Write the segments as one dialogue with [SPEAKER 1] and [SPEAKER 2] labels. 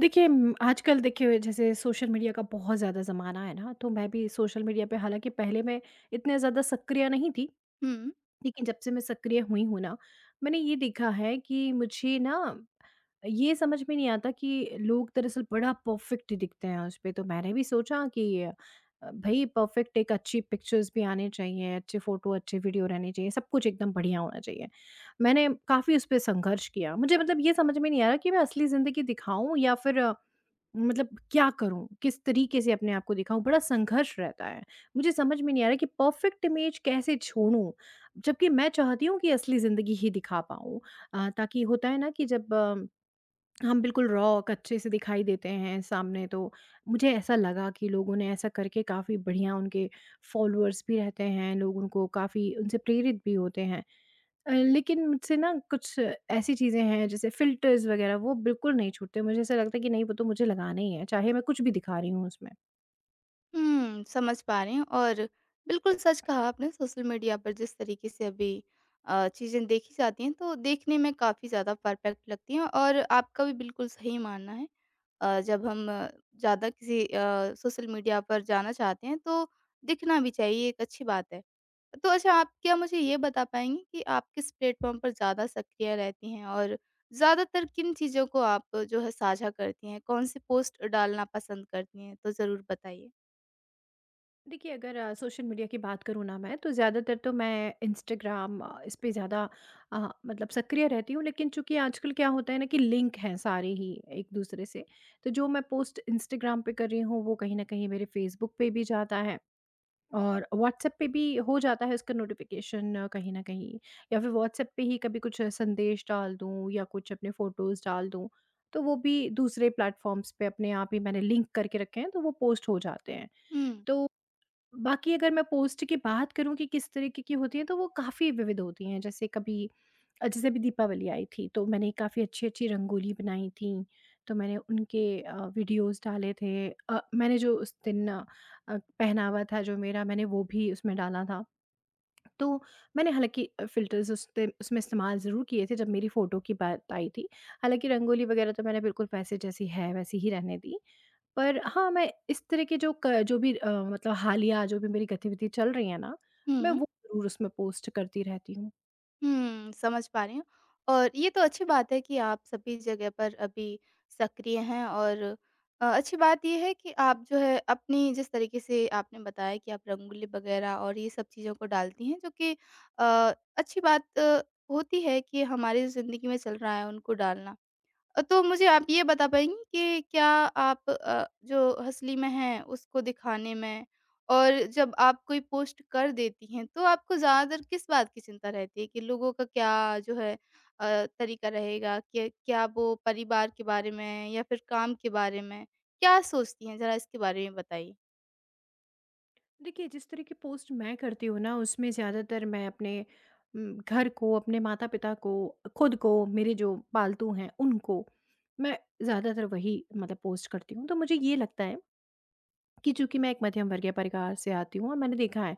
[SPEAKER 1] देखिए आजकल देखिए जैसे सोशल मीडिया का बहुत ज़्यादा ज़माना है ना तो मैं भी सोशल मीडिया पे हालांकि पहले मैं इतने ज़्यादा सक्रिय नहीं थी
[SPEAKER 2] हुँ।
[SPEAKER 1] लेकिन जब से मैं सक्रिय हुई हूं ना मैंने ये देखा है कि मुझे ना ये समझ में नहीं आता कि लोग दरअसल बड़ा परफेक्ट दिखते हैं उस पे तो मैंने भी सोचा कि भाई परफेक्ट एक अच्छी पिक्चर्स भी आने चाहिए अच्छे फोटो अच्छे वीडियो रहने चाहिए सब कुछ एकदम बढ़िया होना चाहिए। मैंने काफ़ी उस पर संघर्ष किया मुझे मतलब ये समझ में नहीं आ रहा कि मैं असली ज़िंदगी दिखाऊं या फिर मतलब क्या करूँ? किस तरीके से अपने आप को दिखाऊँ? बड़ा संघर्ष रहता है। मुझे समझ में नहीं आ रहा कि परफ़ेक्ट इमेज कैसे छोड़ूँ? जबकि मैं चाहती हूँ कि असली ज़िंदगी ही दिखा पाऊँ। ताकि होता है ना कि जब हम बिल्कुल रॉ कच्चे से दिखाई देते हैं सामने तो मुझे ऐसा लगा कि लोगों ने ऐसा करके काफ़ी बढ़िया उनके फ़ॉलोअर्स भी रहते हैं, लोग उनको काफ़ी उनसे प्रेरित भी होते हैं। लेकिन मुझसे ना कुछ ऐसी चीज़ें हैं जैसे फ़िल्टर्स वग़ैरह वो बिल्कुल नहीं छूटते। मुझे ऐसा लगता है कि नहीं वो तो मुझे लगाने ही हैं, चाहे मैं कुछ भी दिखा रही हूँ उसमें।
[SPEAKER 2] हुँ, समझ पा रही हूँ और बिल्कुल सच कहा आपने। सोशल मीडिया पर जिस तरीके से अभी चीज़ें देखी जाती हैं तो देखने में काफ़ी ज़्यादा परफेक्ट लगती हैं और आपका भी बिल्कुल सही मानना है। जब हम ज़्यादा किसी सोशल मीडिया पर जाना चाहते हैं तो दिखना भी चाहिए, एक अच्छी बात है। तो अच्छा, आप क्या मुझे ये बता पाएँगी कि आप किस प्लेटफ़ॉर्म पर ज़्यादा सक्रिय रहती हैं और ज़्यादातर किन चीज़ों को आप जो है साझा करती हैं? कौन-सी पोस्ट डालना पसंद करती हैं? तो ज़रूर बताइए।
[SPEAKER 1] देखिए अगर सोशल मीडिया की बात करूँ ना मैं तो ज़्यादातर तो मैं इंस्टाग्राम इस पे ज़्यादा मतलब सक्रिय रहती हूँ। लेकिन चूँकि आजकल क्या होता है ना कि लिंक हैं सारे ही एक-दूसरे से, तो जो मैं पोस्ट इंस्टाग्राम पे कर रही हूँ वो कहीं न कहीं मेरे फ़ेसबुक पे भी जाता है। और व्हाट्सएप पे भी हो जाता है उसका नोटिफिकेशन कहीं न कहीं या फिर व्हाट्सएप पे ही कभी कुछ संदेश डाल दूँ या कुछ अपने फ़ोटोज़ डाल दूँ, तो वो भी दूसरे प्लेटफ़ॉर्म्स पे अपने आप ही मैंने लिंक करके रखे हैं, तो वो पोस्ट हो जाते हैं।
[SPEAKER 2] हुँ।
[SPEAKER 1] तो बाकी अगर मैं पोस्ट की बात करूँ कि किस तरीके की होती हैं, तो वो काफ़ी विविध होती हैं। जैसे कभी जैसे अभी दीपावली आई थी तो मैंने काफ़ी अच्छी-अच्छी रंगोली बनाई थी। तो मैंने उनके वीडियोज़ डाले थे। मैंने जो उस दिन पहनावा था जो मेरा मैंने वो भी उसमें डाला था। तो मैंने हालाँकि फ़िल्टर्स उस दिन उसमें इस्तेमाल ज़रूर किए थे जब मेरी फ़ोटो की बात आई थी। हालाँकि रंगोली वग़ैरह तो मैंने बिल्कुल वैसे जैसी है वैसी ही रहने दी। पर हाँ, मैं इस तरह के जो क जो भी मतलब हालिया जो भी मेरी गतिविधि चल रही है ना, मैं
[SPEAKER 2] हुँ,
[SPEAKER 1] वो ज़रूर उसमें पोस्ट करती रहती हूँ।
[SPEAKER 2] हुँ, समझ पा रही हूँ और ये तो अच्छी बात है कि आप सभी जगह पर अभी सक्रिय हैं और अच्छी बात ये है कि आप जो है अपनी जिस तरीके से आपने बताया कि आप रंगोली वगैरह और ये सब चीज़ों को डालती हैं, जो कि अ, अच्छी बात होती है कि हमारी ज़िंदगी में चल रहा है उनको डालना। तो मुझे आप ये बता पाएँगी कि क्या आप जो हँसली में हैं, उसको दिखाने में, और जब आप कोई पोस्ट कर देती हैं, तो आपको ज़्यादातर किस बात की चिंता रहती है कि लोगों का क्या जो है तरीका रहेगा? क्या क्या वो परिवार के बारे में या फिर काम के बारे में, क्या सोचती हैं? ज़रा इसके बारे में बताइए।
[SPEAKER 1] देखिए, जिस तरह की पोस्ट मैं करती हूँ ना, उसमें ज़्यादातर मैं अपने घर को, अपने माता-पिता को, खुद को, मेरे जो पालतू हैं, उनको, मैं ज़्यादातर वही मतलब पोस्ट करती हूँ। तो मुझे ये लगता है कि चूँकि मैं एक मध्यम वर्गीय परिवार से आती हूँ और मैंने देखा है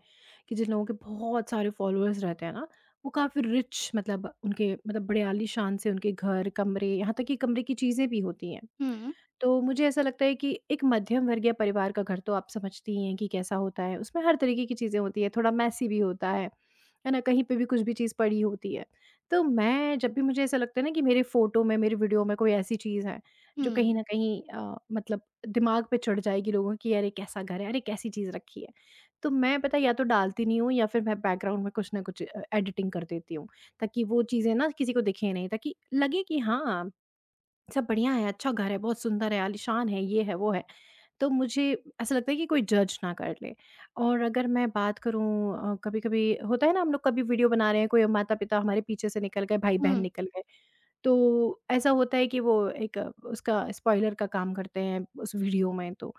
[SPEAKER 1] कि जिन लोगों के बहुत सारे फॉलोअर्स रहते हैं ना, वो काफ़ी रिच मतलब उनके मतलब बड़े आलीशान से उनके घर, कमरे, यहाँ तक कि कमरे की चीज़ें भी होती हैं।
[SPEAKER 2] हुँ,
[SPEAKER 1] तो मुझे ऐसा लगता है कि एक मध्यम वर्गीय परिवार का घर तो आप समझती ही हैं कि कैसा होता है। उसमें हर तरीके की चीज़ें होती हैं, थोड़ा मेसी भी होता है ना? कहीं पे भी कुछ भी चीज़ पड़ी होती है। तो मैं जब भी मुझे ऐसा लगता है ना कि मेरे फ़ोटो में, मेरे वीडियो में कोई ऐसी चीज़ है, जो कहीं न
[SPEAKER 2] हुँ,
[SPEAKER 1] कहीं मतलब दिमाग पे चढ़ जाएगी लोगों की, "अरे! कैसा घर है? अरे! कैसी चीज़ रखी है?" तो मैं पता है या तो डालती नहीं हूँ या फिर मैं बैकग्राउंड में कुछ ना कुछ एडिटिंग कर देती हूँ, ताकि वो चीज़ें ना किसी को दिखें नहीं, ताकि लगे कि हाँ सब बढ़िया है, अच्छा घर है, बहुत सुंदर है, आलीशान है, ये है, वो है। तो मुझे ऐसा लगता है कि कोई जज ना कर ले। और अगर मैं बात करूँ कभी-कभी होता है ना हम लोग कभी वीडियो बना रहे हैं, कोई माता-पिता हमारे पीछे से निकल गए,
[SPEAKER 2] हुँ,
[SPEAKER 1] भाई-बहन निकल गए। तो ऐसा होता है कि वो एक उसका स्पॉइलर का काम करते हैं उस वीडियो में तो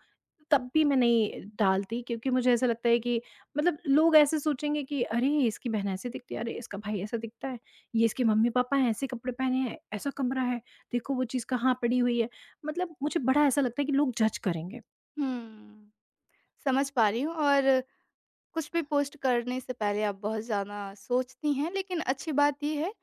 [SPEAKER 1] तब भी मैं नहीं डालती क्योंकि मुझे ऐसा लगता है कि मतलब लोग ऐसे सोचेंगे कि अरे इसकी बहन ऐसे दिखती है अरे इसका भाई ऐसा दिखता है ये इसके मम्मी पापा हैं ऐसे कपड़े पहने हैं ऐसा कमरा है देखो वो चीज़ कहाँ पड़ी हुई है मतलब मुझे बड़ा ऐसा लगता है कि लोग जज करेंगे।
[SPEAKER 2] हुँ। समझ पा रही हूँ और कुछ भी पोस्ट करने से पहले आप बहुत ज़्यादा सोचती हैं, लेकिन अच्छी बात ये है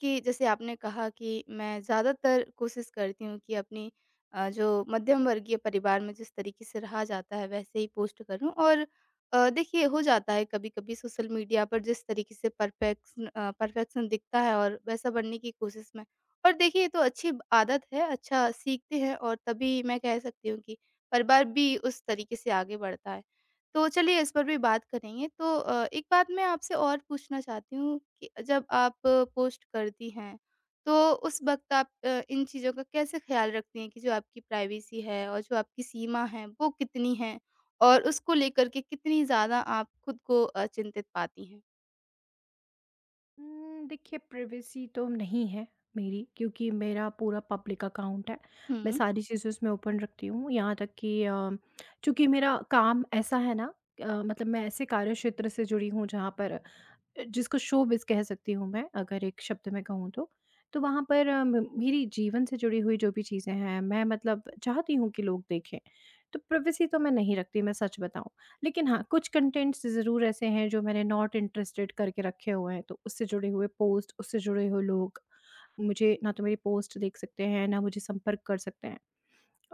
[SPEAKER 2] कि जैसे आपने कहा कि मैं ज़्यादातर कोशिश करती हूँ कि अपनी जो मध्यम वर्गीय परिवार में जिस तरीके से रहा जाता है वैसे ही पोस्ट करूँ। और देखिए, हो जाता है कभी-कभी सोशल मीडिया पर जिस तरीके से परफेक्शन परफेक्शन दिखता है और वैसा बनने की कोशिश में। और देखिए, ये तो अच्छी आदत है, अच्छा सीखते हैं और तभी मैं कह सकती हूँ कि परिवार भी उस तरीके से आगे बढ़ता है। तो चलिए, इस पर भी बात करेंगे। तो एक बात मैं आपसे और पूछना चाहती हूँ कि जब आप पोस्ट करती हैं, तो उस वक़्त आप इन चीज़ों का कैसे ख़्याल रखती हैं कि जो आपकी प्राइवेसी है और जो आपकी सीमा है, वो कितनी है? और उसको लेकर के कितनी ज़्यादा आप खुद को चिंतित पाती हैं?
[SPEAKER 1] देखिए प्राइवेसी तो नहीं है मेरी क्योंकि मेरा पूरा पब्लिक अकाउंट है। मैं
[SPEAKER 2] हुँ,
[SPEAKER 1] सारी चीज़ें उसमें ओपन रखती हूँ यहाँ तक कि चूँकि मेरा काम ऐसा है ना मतलब मैं ऐसे कार्यक्षेत्र से जुड़ी हूँ जहाँ पर जिसको शोबिज़ कह सकती हूँ मैं, अगर एक शब्द में कहूँ तो। तो वहाँ पर म मेरी जीवन से जुड़ी हुई जो भी चीज़ें हैं, मैं मतलब चाहती हूँ कि लोग देखें। तो प्राइवेसी तो मैं नहीं रखती, मैं सच बताऊँ। लेकिन हाँ, कुछ कंटेंट्स ज़रूर ऐसे हैं जो मैंने नॉट इंटरेस्टेड करके रखे हुए हैं, तो उससे जुड़े हुए पोस्ट, उससे जुड़े हुए लोग मुझे ना तो मेरी पोस्ट देख सकते हैं, ना मुझे संपर्क कर सकते हैं।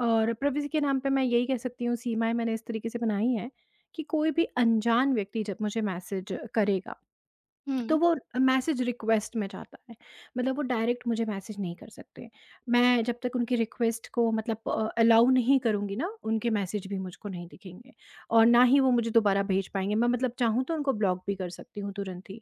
[SPEAKER 1] और प्राइवेसी के नाम पे मैं यही कह सकती हूँ, सीमाएँ मैंने इस तरीके से बनाई हैं कि कोई भी अनजान व्यक्ति जब मुझे मैसेज करेगा तो
[SPEAKER 2] हुँ,
[SPEAKER 1] वो मैसेज रिक्वेस्ट में जाता है। मतलब वो डायरेक्ट मुझे मैसेज नहीं कर सकते। मैं जब तक उनकी रिक्वेस्ट को मतलब अलाउ नहीं करूँगी ना, उनके मैसेज भी मुझको नहीं दिखेंगे और ना ही वो मुझे दोबारा भेज पाएँगे। मैं मतलब चाहूँ तो उनको ब्लॉक भी कर सकती हूँ तुरंत ही।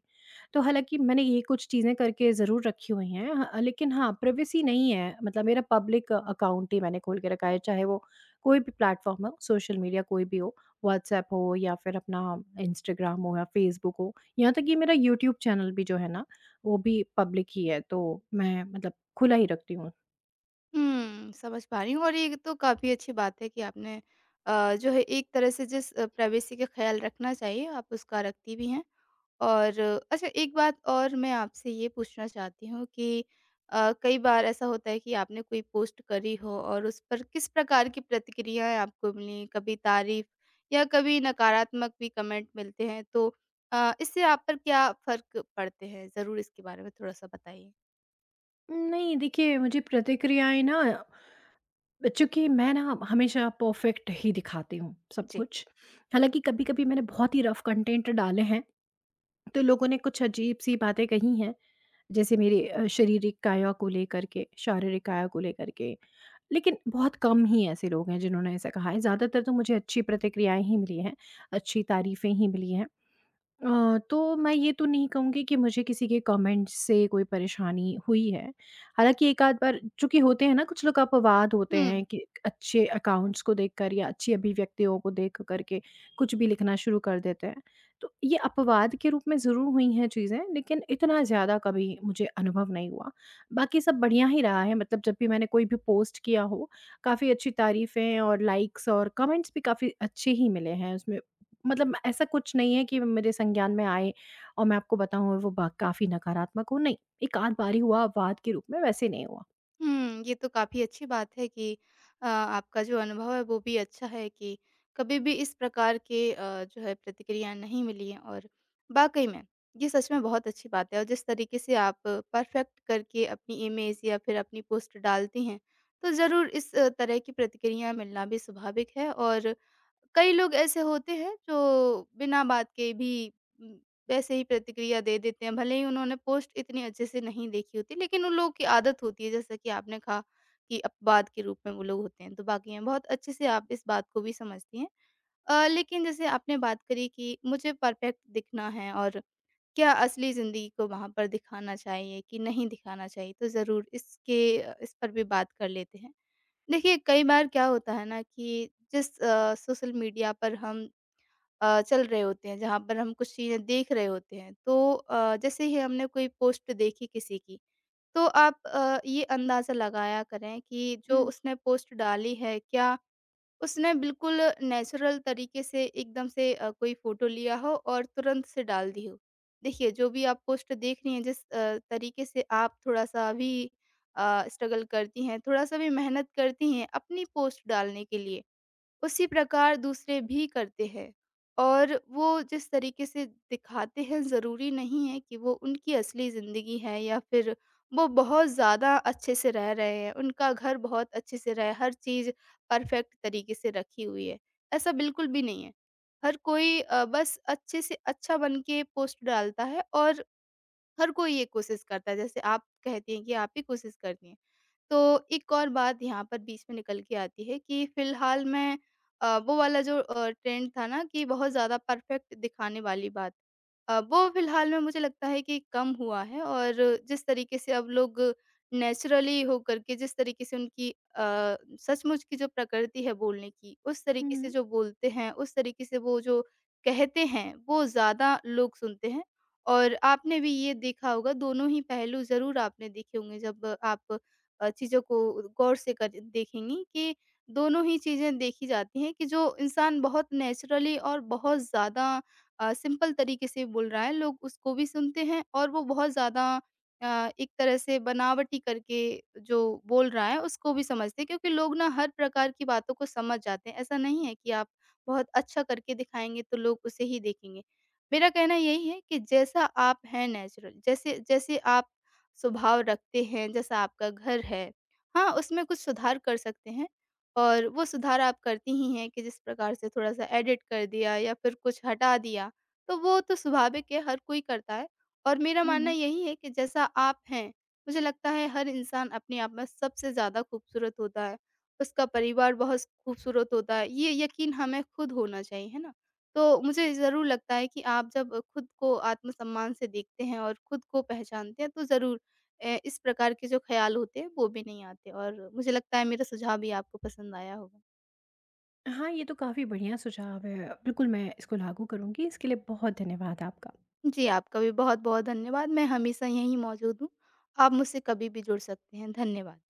[SPEAKER 1] तो हालाँकि मैंने ये कुछ चीज़ें करके ज़रूर रखी हुई हैं ह लेकिन हाँ, प्राइवेसी नहीं है। मतलब मेरा पब्लिक अकाउंट ही मैंने खोल के रखा है, चाहे वो कोई भी प्लेटफ़ॉर्म हो, सोशल मीडिया कोई भी हो, व्हाट्सएप हो या फिर अपना इंस्टाग्राम हो या फेसबुक हो। यहाँ तक कि मेरा यूट्यूब चैनल भी जो है ना, वो भी पब्लिक ही है, तो मैं मतलब खुला ही रखती हूँ।
[SPEAKER 2] हुँ, समझ पा रही हूँ और ये तो काफ़ी अच्छी बात है कि आपने जो है एक तरह से जिस प्राइवेसी का ख़्याल रखना चाहिए, आप उसका रखती भी हैं। और अच्छा, एक बात और मैं आपसे ये पूछना चाहती हूँ कि कई बार ऐसा होता है कि आपने कोई पोस्ट करी हो और उस पर किस प्रकार की प्रतिक्रियाएँ आपको मिलीं? कभी तारीफ या कभी नकारात्मक भी कमेंट मिलते हैं, तो इससे आप पर क्या फ़र्क पड़ते हैं? ज़रूर इसके बारे में थोड़ा-सा बताइए।
[SPEAKER 1] नहीं, देखिए मुझे प्रतिक्रियाएँ ना चूँकि मैं ना हमेशा परफ़ेक्ट ही दिखाती हूँ सब
[SPEAKER 2] जी।
[SPEAKER 1] कुछ। हालाँकि कभी-कभी मैंने बहुत ही रफ़ कंटेंट डाले हैं, तो लोगों ने कुछ अजीब-सी बातें कही हैं, जैसे मेरी शारीरिक काया को लेकर के लेकिन बहुत कम ही ऐसे लोग हैं जिन्होंने ऐसा कहा है, ज़्यादातर तो मुझे अच्छी प्रतिक्रियाएँ ही मिली हैं, अच्छी तारीफ़ें ही मिली हैं। तो मैं ये तो नहीं कहूँगी कि मुझे किसी के कमेंट्स से कोई परेशानी हुई है। हालाँकि एक आध बार चूँकि होते हैं ना कुछ लोग अपवाद होते
[SPEAKER 2] हुँ।
[SPEAKER 1] हैं कि अच्छे अकाउंट्स को देखकर या अच्छी अभिव्यक्तियों को देख कर के कुछ भी लिखना शुरू कर देते हैं। तो ये अपवाद के रूप में ज़रूर हुई हैं चीज़ें, लेकिन इतना ज़्यादा कभी मुझे अनुभव नहीं हुआ। बाकी सब बढ़िया ही रहा है मतलब जब भी मैंने कोई भी पोस्ट किया हो, काफ़ी अच्छी तारीफ़ें और लाइक्स और कमेंट्स भी काफ़ी अच्छे ही मिले हैं। उसमें मतलब ऐसा कुछ नहीं है कि मेरे संज्ञान में आए और मैं आपको बताऊँ वो बा काफ़ी नकारात्मक हो, नहीं। एक आध बारी हुआ वाद के रूप में, वैसे नहीं हुआ।
[SPEAKER 2] हुँ, ये तो काफ़ी अच्छी बात है कि आपका जो अनुभव है वो भी अच्छा है कि कभी भी इस प्रकार के जो है प्रतिक्रिया नहीं मिली है। और वाक़ई में ये सच में बहुत अच्छी बात है और जिस तरीके से आप परफ़ेक्ट करके अपनी इमेज या फिर अपनी पोस्ट डालती हैं, तो ज़रूर इस तरह की प्रतिक्रिया मिलना भी स्वाभाविक है। और कई लोग ऐसे होते हैं जो बिना बात के भी वैसे ही प्रतिक्रिया दे देते हैं। भले ही उन्होंने पोस्ट इतनी अच्छे से नहीं देखी होती, लेकिन उन लोगों की आदत होती है, जैसा कि आपने कहा कि अपवाद के रूप में वो लोग होते हैं, तो बाकी हैं। बहुत अच्छे से आप इस बात को भी समझती हैं। लेकिन जैसे आपने बात करी कि मुझे परफ़ेक्ट दिखना है और क्या असली ज़िंदगी को वहाँ पर दिखाना चाहिए कि नहीं दिखाना चाहिए? तो ज़रूर इसके इस पर भी बात कर लेते हैं। देखिए, कई बार क्या होता है ना कि जिस सोशल मीडिया पर हम चल रहे होते हैं, जहाँ पर हम कुछ चीज़ें देख रहे होते हैं। तो जैसे ही हमने कोई पोस्ट देखी किसी की, तो आप ये अंदाज़ा लगाया करें कि जो
[SPEAKER 1] हुँ,
[SPEAKER 2] उसने पोस्ट डाली है, क्या उसने बिल्कुल नेचुरल तरीके से एकदम से कोई फ़ोटो लिया हो और तुरंत से डाल दी हो। देखिए, जो भी आप पोस्ट देख रही हैं, जिस तरीके से आप थोड़ा-सा भी स्ट्रगल करती हैं, थोड़ा-सा भी मेहनत करती हैं अपनी पोस्ट डालने के लिए, उसी प्रकार दूसरे भी करते हैं। और वो जिस तरीके से दिखाते हैं, ज़रूरी नहीं है कि वो उनकी असली ज़िंदगी है या फिर वो बहुत ज़्यादा अच्छे से रह रहे हैं, उनका घर बहुत अच्छे से रहा है, हर चीज़ परफ़ेक्ट तरीके से रखी हुई है, ऐसा बिल्कुल भी नहीं है। हर कोई बस अच्छे से अच्छा बन के पोस्ट डालता है और हर कोई ये कोशिश करता है, जैसे आप कहती हैं कि आप भी कोशिश करती हैं। तो एक और बात यहाँ पर बीच में निकल के आती है कि फ़िलहाल मैं वो वाला जो ट्रेंड था ना कि बहुत ज़्यादा परफ़ेक्ट दिखाने वाली बात, वो फ़िलहाल में मुझे लगता है कि कम हुआ है। और जिस तरीके से अब लोग नेचुरली होकर के, जिस तरीके से उनकी सचमुच की जो प्रकृति है बोलने की, उस तरीके
[SPEAKER 1] हुँ,
[SPEAKER 2] से जो बोलते हैं, उस तरीके से वो जो कहते हैं, वो ज़्यादा लोग सुनते हैं। और आपने भी ये देखा होगा, दोनों ही पहलू ज़रूर आपने देखे होंगे जब आप चीज़ों को गौर से कर देखेंगी कि दोनों ही चीज़ें देखी जाती हैं कि जो इंसान बहुत नेचुरली और बहुत ज़्यादा सिंपल तरीके से बोल रहा है, लोग उसको भी सुनते हैं और वो बहुत ज़्यादा एक तरह से बनावटी करके जो बोल रहा है, उसको भी समझते हैं, क्योंकि लोग ना हर प्रकार की बातों को समझ जाते हैं। ऐसा नहीं है कि आप बहुत अच्छा करके दिखाएँगे तो लोग उसे ही देखेंगे। मेरा कहना यही है कि जैसा आप हैं नेचुरल, जैसे जैसे आप स्वभाव रखते हैं, जैसा आपका घर है, हाँ, उसमें कुछ सुधार कर सकते हैं और वो सुधार आप करती ही हैं कि जिस प्रकार से थोड़ा-सा एडिट कर दिया या फिर कुछ हटा दिया। तो वो तो स्वाभाविक है, हर कोई करता है। और मेरा मानना
[SPEAKER 1] हुँ।
[SPEAKER 2] यही है कि जैसा आप हैं, मुझे लगता है हर इंसान अपने आप में सबसे ज़्यादा खूबसूरत होता है। उसका परिवार बहुत खूबसूरत होता है, ये यकीन हमें खुद होना चाहिए, है ना? तो मुझे ज़रूर लगता है कि आप जब खुद को आत्मसम्मान से देखते हैं और खुद को पहचानते हैं, तो ज़रूर इस प्रकार के जो ख़्याल होते हैं, वो भी नहीं आते और मुझे लगता है मेरा सुझाव भी आपको पसंद आया होगा।
[SPEAKER 1] हाँ, ये तो काफ़ी बढ़िया सुझाव है। बिल्कुल, मैं इसको लागू करूँगी। इसके लिए बहुत धन्यवाद आपका।
[SPEAKER 2] जी, आपका भी बहुत-बहुत धन्यवाद। मैं हमेशा यहीं मौजूद हूँ। आप मुझसे कभी भी जुड़ सकते हैं। धन्यवाद।